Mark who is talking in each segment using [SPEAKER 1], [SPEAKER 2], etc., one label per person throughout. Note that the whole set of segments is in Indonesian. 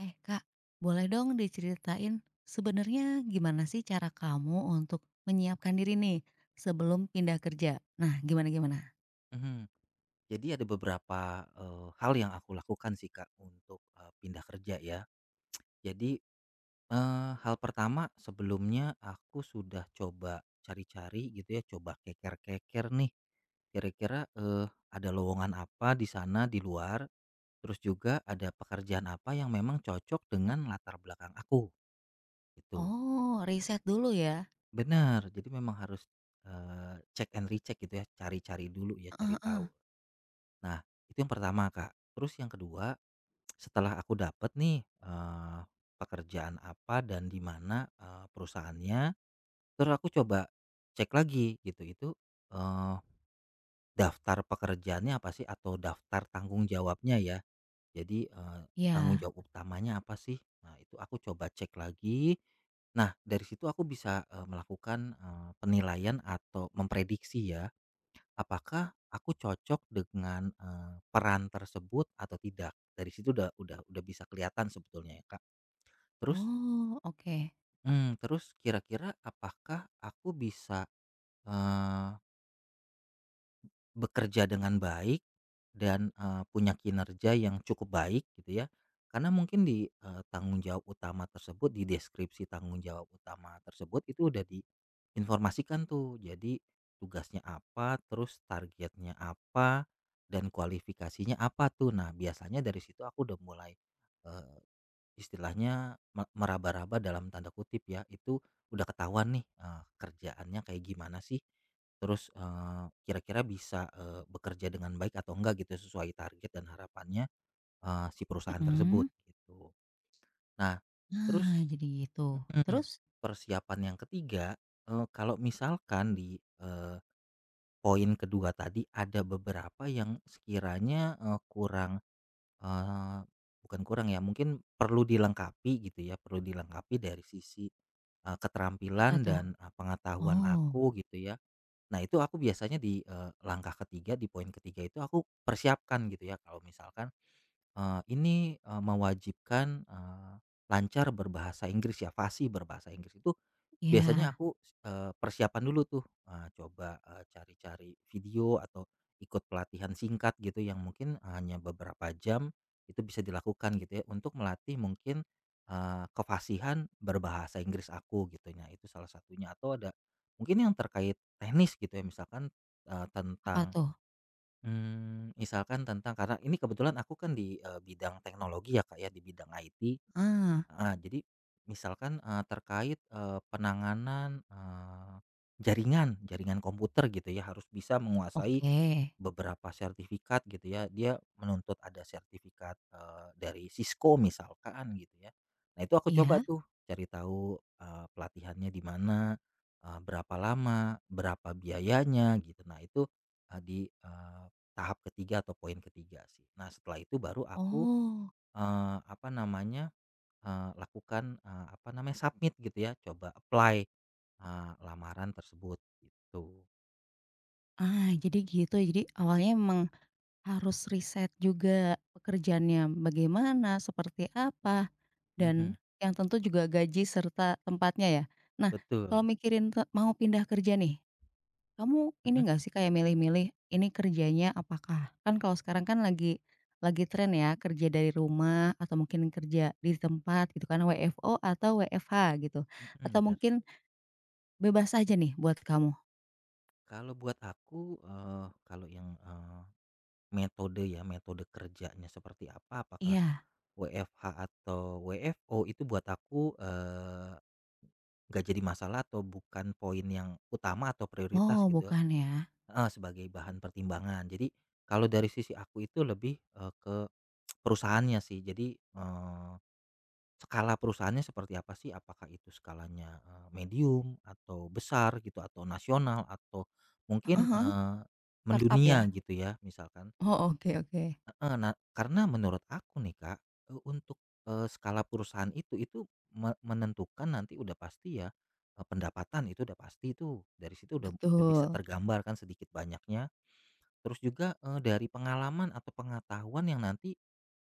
[SPEAKER 1] Eh Kak, boleh dong diceritain sebenarnya gimana sih cara kamu untuk menyiapkan diri nih sebelum pindah kerja? Nah, gimana gimana?
[SPEAKER 2] Mhm. Jadi ada beberapa, hal yang aku lakukan sih, Kak, untuk, pindah kerja ya. Jadi, hal pertama sebelumnya aku sudah coba cari-cari gitu ya, coba keker-keker nih, kira-kira, ada lowongan apa di sana di luar, terus juga ada pekerjaan apa yang memang cocok dengan latar belakang aku, gitu.
[SPEAKER 1] Oh, riset dulu ya?
[SPEAKER 2] Benar, jadi memang harus, check and recheck gitu ya, cari-cari dulu ya, cari
[SPEAKER 1] Heeh ya.
[SPEAKER 2] tahu. Nah, itu yang pertama, Kak. Terus yang kedua. Setelah aku dapat nih, pekerjaan apa dan di mana, perusahaannya, terus aku coba cek lagi gitu, itu, eee, daftar pekerjaannya apa sih atau daftar tanggung jawabnya ya. Jadi, tanggung jawab utamanya apa sih? Nah, itu aku coba cek lagi. Nah, dari situ aku bisa, melakukan, penilaian atau memprediksi ya, apakah aku cocok dengan, peran tersebut atau tidak? Dari situ udah bisa kelihatan sebetulnya ya, Kak. Terus,
[SPEAKER 1] Oh, oke.
[SPEAKER 2] terus kira-kira apakah aku bisa bekerja dengan baik dan, punya kinerja yang cukup baik gitu ya, karena mungkin di, tanggung jawab utama tersebut, di deskripsi tanggung jawab utama tersebut itu udah diinformasikan tuh. Jadi tugasnya apa, terus targetnya apa, dan kualifikasinya apa tuh. Nah biasanya dari situ aku udah mulai, istilahnya meraba-raba dalam tanda kutip ya, itu udah ketahuan nih, kerjaannya kayak gimana sih, terus, kira-kira bisa, bekerja dengan baik atau enggak gitu sesuai target dan harapannya, si perusahaan tersebut
[SPEAKER 1] Mhm.
[SPEAKER 2] gitu. Nah,
[SPEAKER 1] Nah,
[SPEAKER 2] terus
[SPEAKER 1] jadi gitu. Terus
[SPEAKER 2] persiapan yang ketiga, kalau misalkan di, poin kedua tadi ada beberapa yang sekiranya, kurang. Eee, bukan kurang ya, mungkin perlu dilengkapi gitu ya, perlu dilengkapi dari sisi,
[SPEAKER 1] apa
[SPEAKER 2] keterampilan
[SPEAKER 1] tuh?
[SPEAKER 2] dan, pengetahuan
[SPEAKER 1] Oh,
[SPEAKER 2] aku gitu ya. Nah, itu aku biasanya di, langkah ketiga, di poin ketiga itu aku persiapkan gitu ya kalau misalkan, ini, mewajibkan, lancar berbahasa Inggris ya, fasih berbahasa Inggris itu biasanya
[SPEAKER 1] ya.
[SPEAKER 2] aku, persiapan dulu tuh, coba, cari-cari video atau ikut pelatihan singkat gitu yang mungkin hanya beberapa jam, itu bisa dilakukan gitu ya untuk melatih mungkin, kefasihan berbahasa Inggris aku gitu. Nah, itu salah satunya atau ada mungkin yang terkait teknis gitu ya misalkan,
[SPEAKER 1] Apa
[SPEAKER 2] tentang,
[SPEAKER 1] tuh?
[SPEAKER 2] misalkan tentang karena ini kebetulan aku kan di, bidang teknologi ya Kak ya, di bidang IT.
[SPEAKER 1] Ah.
[SPEAKER 2] Ah, jadi misalkan, terkait, penanganan, jaringan jaringan komputer gitu ya, harus bisa menguasai
[SPEAKER 1] Oke.
[SPEAKER 2] beberapa sertifikat gitu ya. Dia menuntut ada sertifikat, dari Cisco misalkan gitu ya. Nah, itu aku coba
[SPEAKER 1] Iya?
[SPEAKER 2] tuh cari tahu, pelatihannya di mana, berapa lama, berapa biayanya gitu. Nah, itu, di, tahap ketiga atau poin ketiga sih. Nah, setelah itu baru aku,
[SPEAKER 1] Oh.
[SPEAKER 2] apa namanya, lakukan, apa namanya, submit gitu ya, coba apply, lamaran tersebut gitu.
[SPEAKER 1] Ah, jadi gitu. Jadi awalnya emang harus riset juga pekerjaannya bagaimana, seperti apa, dan
[SPEAKER 2] Mhm,
[SPEAKER 1] yang tentu juga gaji serta tempatnya ya. Nah, kalau
[SPEAKER 2] betul,
[SPEAKER 1] mikirin mau pindah kerja nih, kamu ini
[SPEAKER 2] mhm
[SPEAKER 1] nggak sih kayak milih-milih, ini kerjanya apakah? Kan kalau sekarang kan lagi tren ya kerja dari rumah atau mungkin kerja di tempat gitu kan WFO atau WFH gitu,
[SPEAKER 2] mhm,
[SPEAKER 1] atau
[SPEAKER 2] bener.
[SPEAKER 1] mungkin bebas aja nih buat kamu?
[SPEAKER 2] Kalau buat aku, kalau yang, metode ya, metode kerjanya seperti apa, apakah
[SPEAKER 1] Iya,
[SPEAKER 2] WFH atau WFO itu buat aku, nggak jadi masalah atau bukan poin yang utama atau
[SPEAKER 1] oh
[SPEAKER 2] prioritas gitu,
[SPEAKER 1] bukan ya?
[SPEAKER 2] heeh, sebagai bahan pertimbangan. Jadi kalau dari sisi aku itu lebih, ke perusahaannya sih. Jadi, skala perusahaannya seperti apa sih? Apakah itu skalanya, medium atau besar gitu atau nasional atau mungkin,
[SPEAKER 1] Startup
[SPEAKER 2] mendunia
[SPEAKER 1] ya?
[SPEAKER 2] gitu ya misalkan,
[SPEAKER 1] Oh, oke oke,
[SPEAKER 2] heeh. Nah, karena menurut aku nih, Kak, untuk, skala perusahaan itu menentukan nanti udah pasti ya, pendapatan itu udah pasti itu. Dari situ udah bisa
[SPEAKER 1] betul.
[SPEAKER 2] tergambar kan sedikit banyaknya. Terus juga, dari pengalaman atau pengetahuan yang nanti,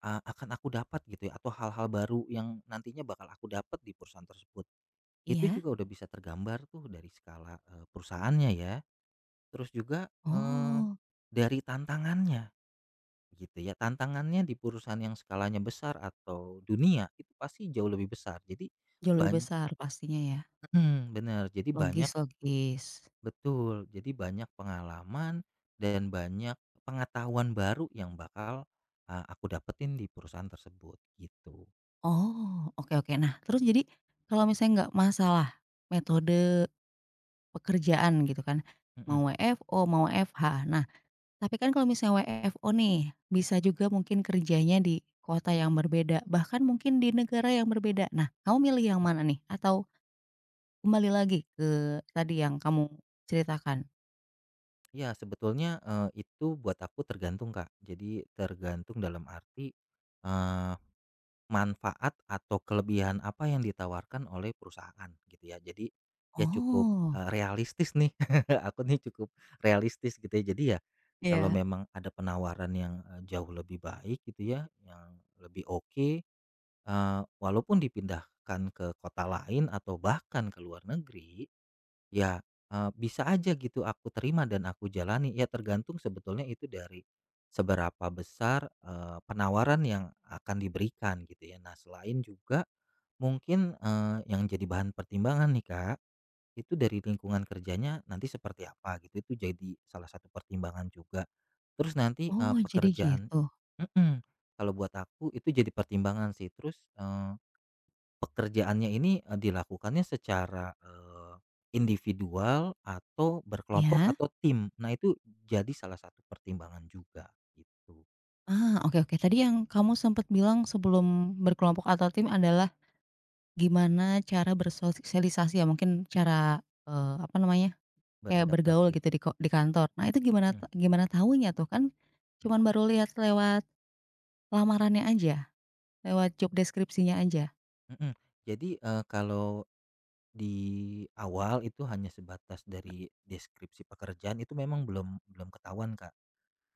[SPEAKER 2] Akan aku dapat gitu ya atau hal-hal baru yang nantinya bakal aku dapat di perusahaan tersebut. Itu
[SPEAKER 1] Iya?
[SPEAKER 2] juga udah bisa tergambar tuh dari skala, perusahaannya ya. Terus juga, eee,
[SPEAKER 1] Oh,
[SPEAKER 2] dari tantangannya gitu ya. Tantangannya di perusahaan yang skalanya besar atau dunia itu pasti jauh lebih besar. Jadi
[SPEAKER 1] jauh lebih
[SPEAKER 2] banyak.
[SPEAKER 1] besar pastinya ya,
[SPEAKER 2] Mhm, bener. Jadi banyak,
[SPEAKER 1] logis logis.
[SPEAKER 2] betul. Jadi banyak pengalaman dan banyak pengetahuan baru yang bakal, aku dapetin di perusahaan tersebut gitu.
[SPEAKER 1] Oh, oke oke. Nah, terus jadi kalau misalnya nggak masalah metode pekerjaan gitu kan,
[SPEAKER 2] Mhm.
[SPEAKER 1] mau WFO, mau WFH. Nah, tapi kan kalau misalnya WFO nih, bisa juga mungkin kerjanya di kota yang berbeda, bahkan mungkin di negara yang berbeda. Nah, kamu milih yang mana nih? Atau kembali lagi ke tadi yang kamu ceritakan?
[SPEAKER 2] Ya sebetulnya, itu buat aku tergantung, Kak. Jadi tergantung dalam arti, eee, manfaat atau kelebihan apa yang ditawarkan oleh perusahaan gitu ya. Jadi ya cukup,
[SPEAKER 1] Oh.
[SPEAKER 2] realistis nih, aku nih cukup realistis gitu ya. Jadi ya kalau
[SPEAKER 1] Iya.
[SPEAKER 2] memang ada penawaran yang, jauh lebih baik gitu ya, yang lebih oke, walaupun dipindahkan ke kota lain atau bahkan ke luar negeri, ya, bisa aja gitu aku terima dan aku jalani, ya tergantung sebetulnya itu dari seberapa besar, penawaran yang akan diberikan gitu ya. Nah, selain juga mungkin, yang jadi bahan pertimbangan nih Kak, itu dari lingkungan kerjanya nanti seperti apa gitu, itu jadi salah satu pertimbangan juga. Terus nanti,
[SPEAKER 1] Oh, jadi
[SPEAKER 2] pekerjaan,
[SPEAKER 1] gitu.
[SPEAKER 2] mhm, kalau buat aku itu jadi pertimbangan sih. Terus, pekerjaannya ini, dilakukannya secara, individual atau berkelompok
[SPEAKER 1] Ya.
[SPEAKER 2] atau tim. Nah, itu jadi salah satu pertimbangan juga itu.
[SPEAKER 1] Ah, oke oke. Tadi yang kamu sempat bilang sebelum berkelompok atau tim adalah gimana cara bersosialisasi ya, mungkin cara, apa namanya, kayak bergaul
[SPEAKER 2] Beradaptasi.
[SPEAKER 1] gitu di di kantor. Nah, itu gimana
[SPEAKER 2] Mhm
[SPEAKER 1] gimana tahunya tuh? Kan cuman baru lihat lewat lamarannya aja, lewat job deskripsinya aja?
[SPEAKER 2] mhm. Jadi, kalau di awal itu hanya sebatas dari deskripsi pekerjaan itu memang belum belum ketahuan, Kak.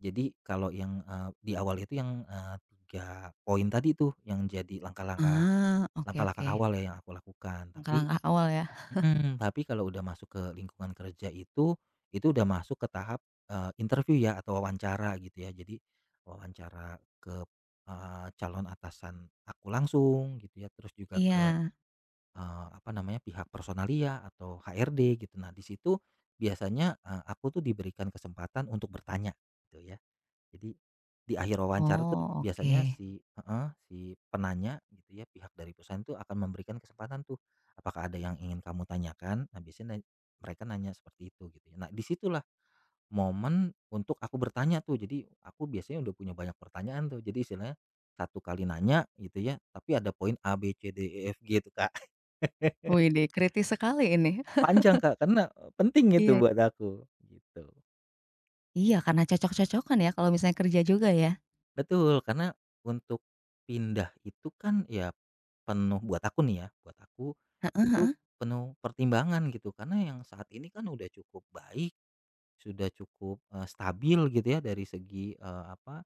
[SPEAKER 2] Jadi kalau yang, di awal itu yang, 3 poin tadi tuh yang jadi langkah-langkah
[SPEAKER 1] Ah, oke
[SPEAKER 2] langkah-langkah
[SPEAKER 1] oke.
[SPEAKER 2] awal ya yang aku lakukan. Tapi,
[SPEAKER 1] Langkah-langkah awal ya?
[SPEAKER 2] mhm, tapi kalau udah masuk ke lingkungan kerja itu udah masuk ke tahap, interview ya atau wawancara gitu ya. Jadi wawancara ke, calon atasan aku langsung gitu ya, terus juga ke,
[SPEAKER 1] Iya.
[SPEAKER 2] apa namanya, pihak personalia atau HRD gitu. Nah, di situ biasanya, aku tuh diberikan kesempatan untuk bertanya gitu ya. Jadi di akhir wawancara tuh
[SPEAKER 1] Oh, oke.
[SPEAKER 2] biasanya si, heeh, si penanya gitu ya, pihak dari perusahaan tuh akan memberikan kesempatan tuh, "Apakah ada yang ingin kamu tanyakan?" Nah, biasanya mereka nanya seperti itu gitu ya. Nah, disitulah momen untuk aku bertanya tuh. Jadi aku biasanya udah punya banyak pertanyaan tuh. Jadi istilahnya satu kali nanya gitu ya, tapi ada poin A, B, C, D, E, F, G itu Kak.
[SPEAKER 1] Widih, kritis sekali ini.
[SPEAKER 2] Panjang, Kak, karena, penting itu
[SPEAKER 1] Iya.
[SPEAKER 2] buat aku, gitu.
[SPEAKER 1] Iya, karena cocok-cocokan ya kalau misalnya kerja juga ya?
[SPEAKER 2] Betul, karena untuk pindah itu kan ya penuh buat aku nih ya, buat aku
[SPEAKER 1] Heeh.
[SPEAKER 2] itu penuh pertimbangan gitu. Karena yang saat ini kan udah cukup baik, sudah cukup, stabil gitu ya dari segi, apa,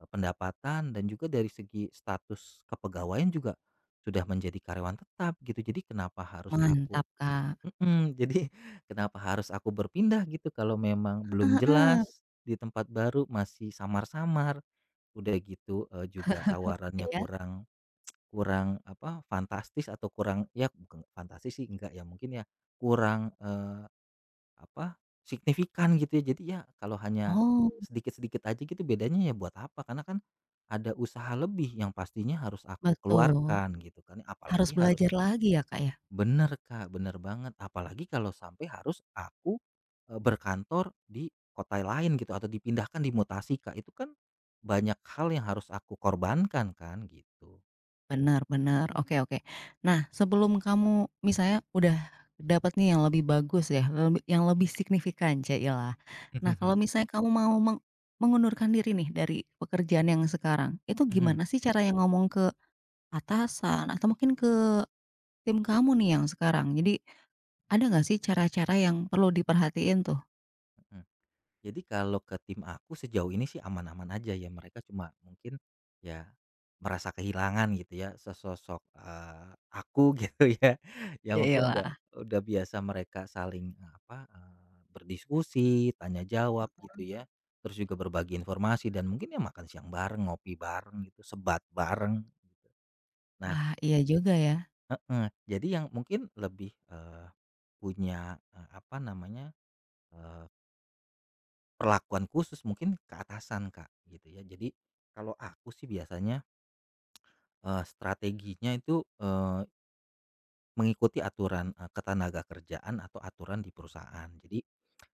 [SPEAKER 2] pendapatan dan juga dari segi status kepegawaian juga sudah menjadi karyawan tetap gitu. Jadi kenapa harus aku.
[SPEAKER 1] Mantap, Kak.
[SPEAKER 2] Mhm. Jadi kenapa harus aku berpindah gitu kalau memang belum
[SPEAKER 1] Heeh heeh.
[SPEAKER 2] jelas di tempat baru, masih samar-samar. Udah gitu, juga tawarannya
[SPEAKER 1] Iya?
[SPEAKER 2] kurang, kurang apa, fantastis, atau kurang ya bukan fantastis sih enggak ya, mungkin ya kurang, apa, signifikan gitu ya. Jadi ya kalau hanya
[SPEAKER 1] Oh,
[SPEAKER 2] sedikit-sedikit aja gitu bedanya ya buat apa, karena kan ada usaha lebih yang pastinya harus aku
[SPEAKER 1] betul.
[SPEAKER 2] keluarkan gitu kan,
[SPEAKER 1] Harus
[SPEAKER 2] apalagi harus,
[SPEAKER 1] belajar lagi ya, Kak, ya?
[SPEAKER 2] bener, Kak, bener banget. Apalagi kalau sampai harus aku, berkantor di kota lain gitu atau dipindahkan, dimutasi, Kak, itu kan banyak hal yang harus aku korbankan kan gitu.
[SPEAKER 1] Benar benar, oke oke. Nah, sebelum kamu misalnya udah dapat nih yang lebih bagus ya, yang lebih signifikan, cailah. Nah, kalau misalnya kamu mau mengundurkan diri nih dari pekerjaan yang sekarang, itu gimana sih caranya ngomong ke atasan atau mungkin ke tim kamu nih yang sekarang? Jadi, ada nggak sih cara-cara yang perlu diperhatiin tuh?
[SPEAKER 2] Mhm. Jadi kalau ke tim aku sejauh ini sih aman-aman aja ya, mereka cuma mungkin ya merasa kehilangan gitu ya sesosok, aku gitu ya. Ya mungkin udah
[SPEAKER 1] Yailah.
[SPEAKER 2] udah biasa mereka saling, apa, berdiskusi, tanya jawab gitu ya, terus juga berbagi informasi dan mungkin ya makan siang bareng, ngopi bareng gitu, sebat bareng. Nah,
[SPEAKER 1] Wah, iya juga ya.
[SPEAKER 2] heeh, jadi yang mungkin lebih, punya, apa namanya, eh, perlakuan khusus mungkin ke atasan, Kak, gitu ya. Jadi kalau aku sih biasanya, strateginya itu, mengikuti aturan, ketenaga kerjaan atau aturan di perusahaan. Jadi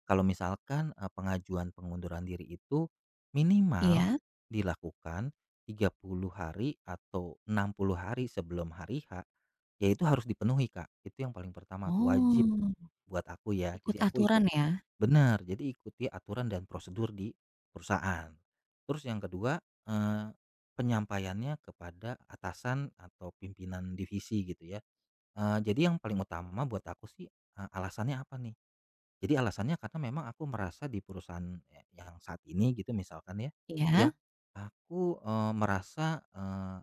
[SPEAKER 2] kalau misalkan, pengajuan pengunduran diri itu minimal
[SPEAKER 1] Iya?
[SPEAKER 2] dilakukan 30 hari atau 60 hari sebelum hari H, yaitu harus dipenuhi, Kak. Itu yang paling pertama tuh, wajib
[SPEAKER 1] Oh.
[SPEAKER 2] buat aku ya.
[SPEAKER 1] Ikut
[SPEAKER 2] Jadi aku
[SPEAKER 1] aturan
[SPEAKER 2] ikut,
[SPEAKER 1] ya?
[SPEAKER 2] benar, jadi ikuti aturan dan prosedur di perusahaan. Terus yang kedua, eee, penyampaiannya kepada atasan atau pimpinan divisi gitu ya. Jadi yang paling utama buat aku sih, alasannya apa nih? Jadi alasannya karena memang aku merasa di perusahaan ya yang saat ini gitu misalkan ya, ya
[SPEAKER 1] Iya,
[SPEAKER 2] aku, merasa,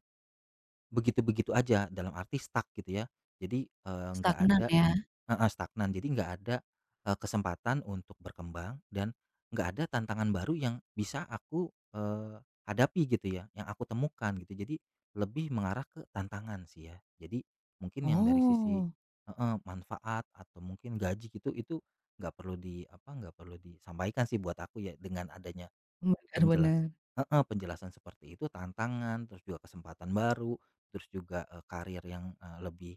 [SPEAKER 2] begitu-begitu aja dalam arti stuck gitu ya. Jadi, nggak
[SPEAKER 1] stagnan
[SPEAKER 2] ada,
[SPEAKER 1] ya?
[SPEAKER 2] heeh, stagnan. Jadi nggak ada, kesempatan untuk berkembang dan nggak ada tantangan baru yang bisa aku, eee, hadapi gitu ya, yang aku temukan gitu. Jadi lebih mengarah ke tantangan sih ya. Jadi mungkin yang dari sisi,
[SPEAKER 1] Oh,
[SPEAKER 2] heeh, manfaat atau mungkin gaji gitu, itu nggak perlu di apa, nggak perlu disampaikan sih buat aku ya dengan adanya
[SPEAKER 1] bener
[SPEAKER 2] Penjelas
[SPEAKER 1] bener,
[SPEAKER 2] heeh, penjelasan seperti itu, tantangan, terus juga kesempatan baru, terus juga, karir yang, lebih,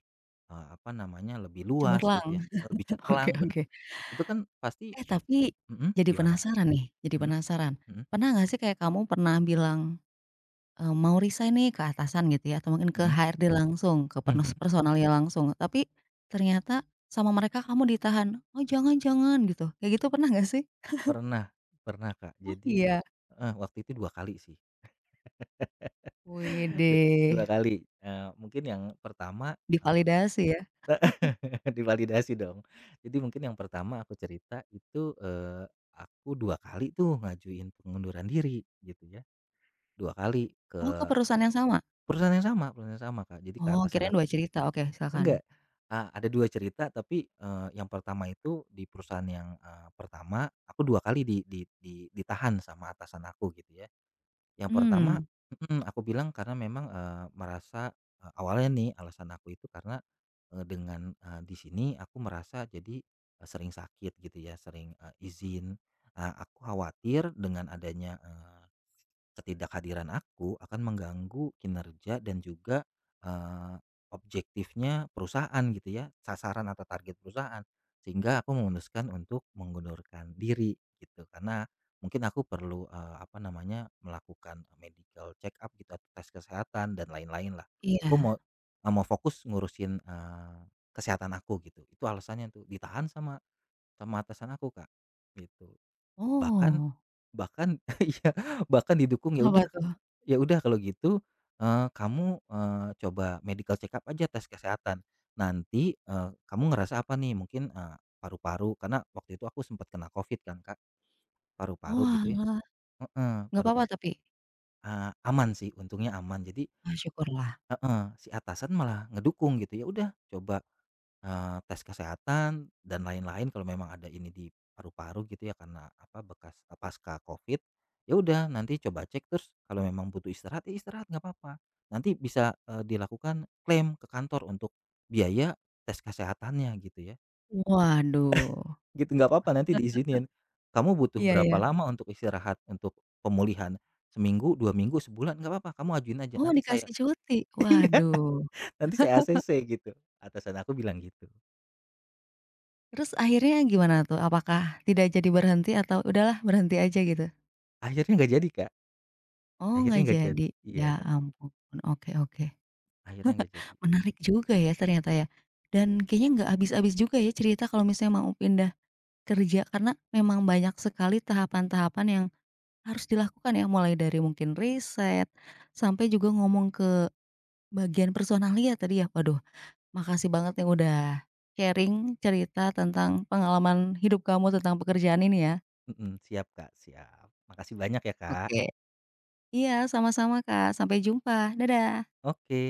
[SPEAKER 2] apa namanya, lebih luas
[SPEAKER 1] cemerlang.
[SPEAKER 2] gitu ya, lebih
[SPEAKER 1] Oke
[SPEAKER 2] cemerlang, bener.
[SPEAKER 1] oke.
[SPEAKER 2] Itu kan pasti,
[SPEAKER 1] Eh, tapi
[SPEAKER 2] mhm,
[SPEAKER 1] jadi
[SPEAKER 2] gimana?
[SPEAKER 1] penasaran nih, jadi
[SPEAKER 2] Mhm
[SPEAKER 1] penasaran.
[SPEAKER 2] mhm
[SPEAKER 1] Pernah nggak sih kayak kamu pernah bilang, mau resign nih ke atasan gitu ya, atau mungkin ke
[SPEAKER 2] mhm mhm.
[SPEAKER 1] HRD langsung, ke personalnya langsung, tapi ternyata sama mereka kamu ditahan, "Oh, jangan jangan," gitu. Kayak gitu pernah nggak sih?
[SPEAKER 2] Pernah, pernah, Kak.
[SPEAKER 1] Oh,
[SPEAKER 2] Jadi,
[SPEAKER 1] iya?
[SPEAKER 2] heeh, waktu itu 2 kali sih. Du
[SPEAKER 1] Widih,
[SPEAKER 2] 2 kali, mungkin yang pertama,
[SPEAKER 1] divalidasi ya?
[SPEAKER 2] divalidasi dong. Jadi mungkin yang pertama aku cerita itu, aku 2 kali tuh ngajuin pengunduran diri gitu ya, dua kali
[SPEAKER 1] Oh, ke
[SPEAKER 2] ke
[SPEAKER 1] perusahaan yang sama?
[SPEAKER 2] perusahaan yang sama, Kak. Jadi ke
[SPEAKER 1] Oh,
[SPEAKER 2] atasan
[SPEAKER 1] kirain
[SPEAKER 2] aku
[SPEAKER 1] 2 cerita. Oke, silakan.
[SPEAKER 2] enggak, ada 2 cerita tapi, yang pertama itu di perusahaan yang, pertama aku 2 kali di ditahan sama atasan aku gitu ya. Yang pertama,
[SPEAKER 1] Mmm.
[SPEAKER 2] mhm, aku bilang karena memang, merasa, awalnya nih alasan aku itu karena, dengan, di sini aku merasa jadi, sering sakit gitu ya, sering, izin. Nah, aku khawatir dengan adanya ketidakhadiran aku akan mengganggu kinerja dan juga, eee, objektifnya perusahaan gitu ya, sasaran atau target perusahaan. Sehingga aku memutuskan untuk mengundurkan diri gitu, karena mungkin aku perlu, apa namanya, melakukan medical check up gitu atau tes kesehatan dan lain-lain lah.
[SPEAKER 1] Iya.
[SPEAKER 2] Aku mau, mau fokus ngurusin, kesehatan aku gitu. Itu alasannya tuh, ditahan sama sama atasan aku, Kak, gitu. Bahkan,
[SPEAKER 1] Oh.
[SPEAKER 2] iya, bahkan didukung, "Ya
[SPEAKER 1] Apa
[SPEAKER 2] udah,
[SPEAKER 1] tuh?
[SPEAKER 2] ya udah kalau gitu, kamu, coba medical check up aja, tes kesehatan. Nanti, kamu ngerasa apa nih? Mungkin, paru-paru," karena waktu itu aku sempat kena Covid kan, Kak, paru-paru gitu ya,
[SPEAKER 1] Oalah,
[SPEAKER 2] heeh,
[SPEAKER 1] nggak
[SPEAKER 2] paru
[SPEAKER 1] papa
[SPEAKER 2] pa
[SPEAKER 1] tapi?
[SPEAKER 2] aman sih, untungnya aman. Jadi,
[SPEAKER 1] Ah, syukurlah.
[SPEAKER 2] heeh, si atasan malah ngedukung gitu, "Ya udah coba, tes kesehatan dan lain-lain kalau memang ada ini di paru-paru gitu ya karena apa bekas, pasca Covid, ya udah nanti coba cek terus kalau memang butuh istirahat, ya istirahat nggak apa-apa. Nanti bisa, dilakukan klaim ke kantor untuk biaya tes kesehatannya gitu ya.
[SPEAKER 1] Waduh.
[SPEAKER 2] Gitu nggak apa-apa nanti diizinin, kamu butuh
[SPEAKER 1] Iya iya.
[SPEAKER 2] berapa lama untuk istirahat untuk pemulihan? Seminggu, 2 minggu, sebulan? Nggak apa-apa kamu ajuin aja
[SPEAKER 1] Oh
[SPEAKER 2] nanti saya
[SPEAKER 1] dikasih cuti,
[SPEAKER 2] iya
[SPEAKER 1] waduh,
[SPEAKER 2] nanti saya ACC gitu," atasan aku bilang gitu.
[SPEAKER 1] terus akhirnya gimana tuh? Apakah tidak jadi berhenti atau udahlah berhenti aja gitu?
[SPEAKER 2] Akhirnya nggak jadi, Kak.
[SPEAKER 1] Oh
[SPEAKER 2] Akhirnya
[SPEAKER 1] nggak
[SPEAKER 2] nggak jadi
[SPEAKER 1] jadi,
[SPEAKER 2] iya
[SPEAKER 1] ya
[SPEAKER 2] kan,
[SPEAKER 1] ampun, oke oke,
[SPEAKER 2] akhirnya nggak jadi.
[SPEAKER 1] menarik juga ya ternyata ya, dan kayaknya nggak habis-habis juga ya cerita kalau misalnya mau pindah kerja karena memang banyak sekali tahapan-tahapan yang harus dilakukan ya, mulai dari mungkin riset, sampai juga ngomong ke bagian personalia tadi ya. Waduh, makasih banget yang udah sharing cerita tentang pengalaman hidup kamu tentang pekerjaan ini ya.
[SPEAKER 2] Mhm, siap Kak, siap. Makasih banyak ya Kak.
[SPEAKER 1] Oke. Iya, sama-sama Kak, sampai jumpa, dadah.
[SPEAKER 2] Oke.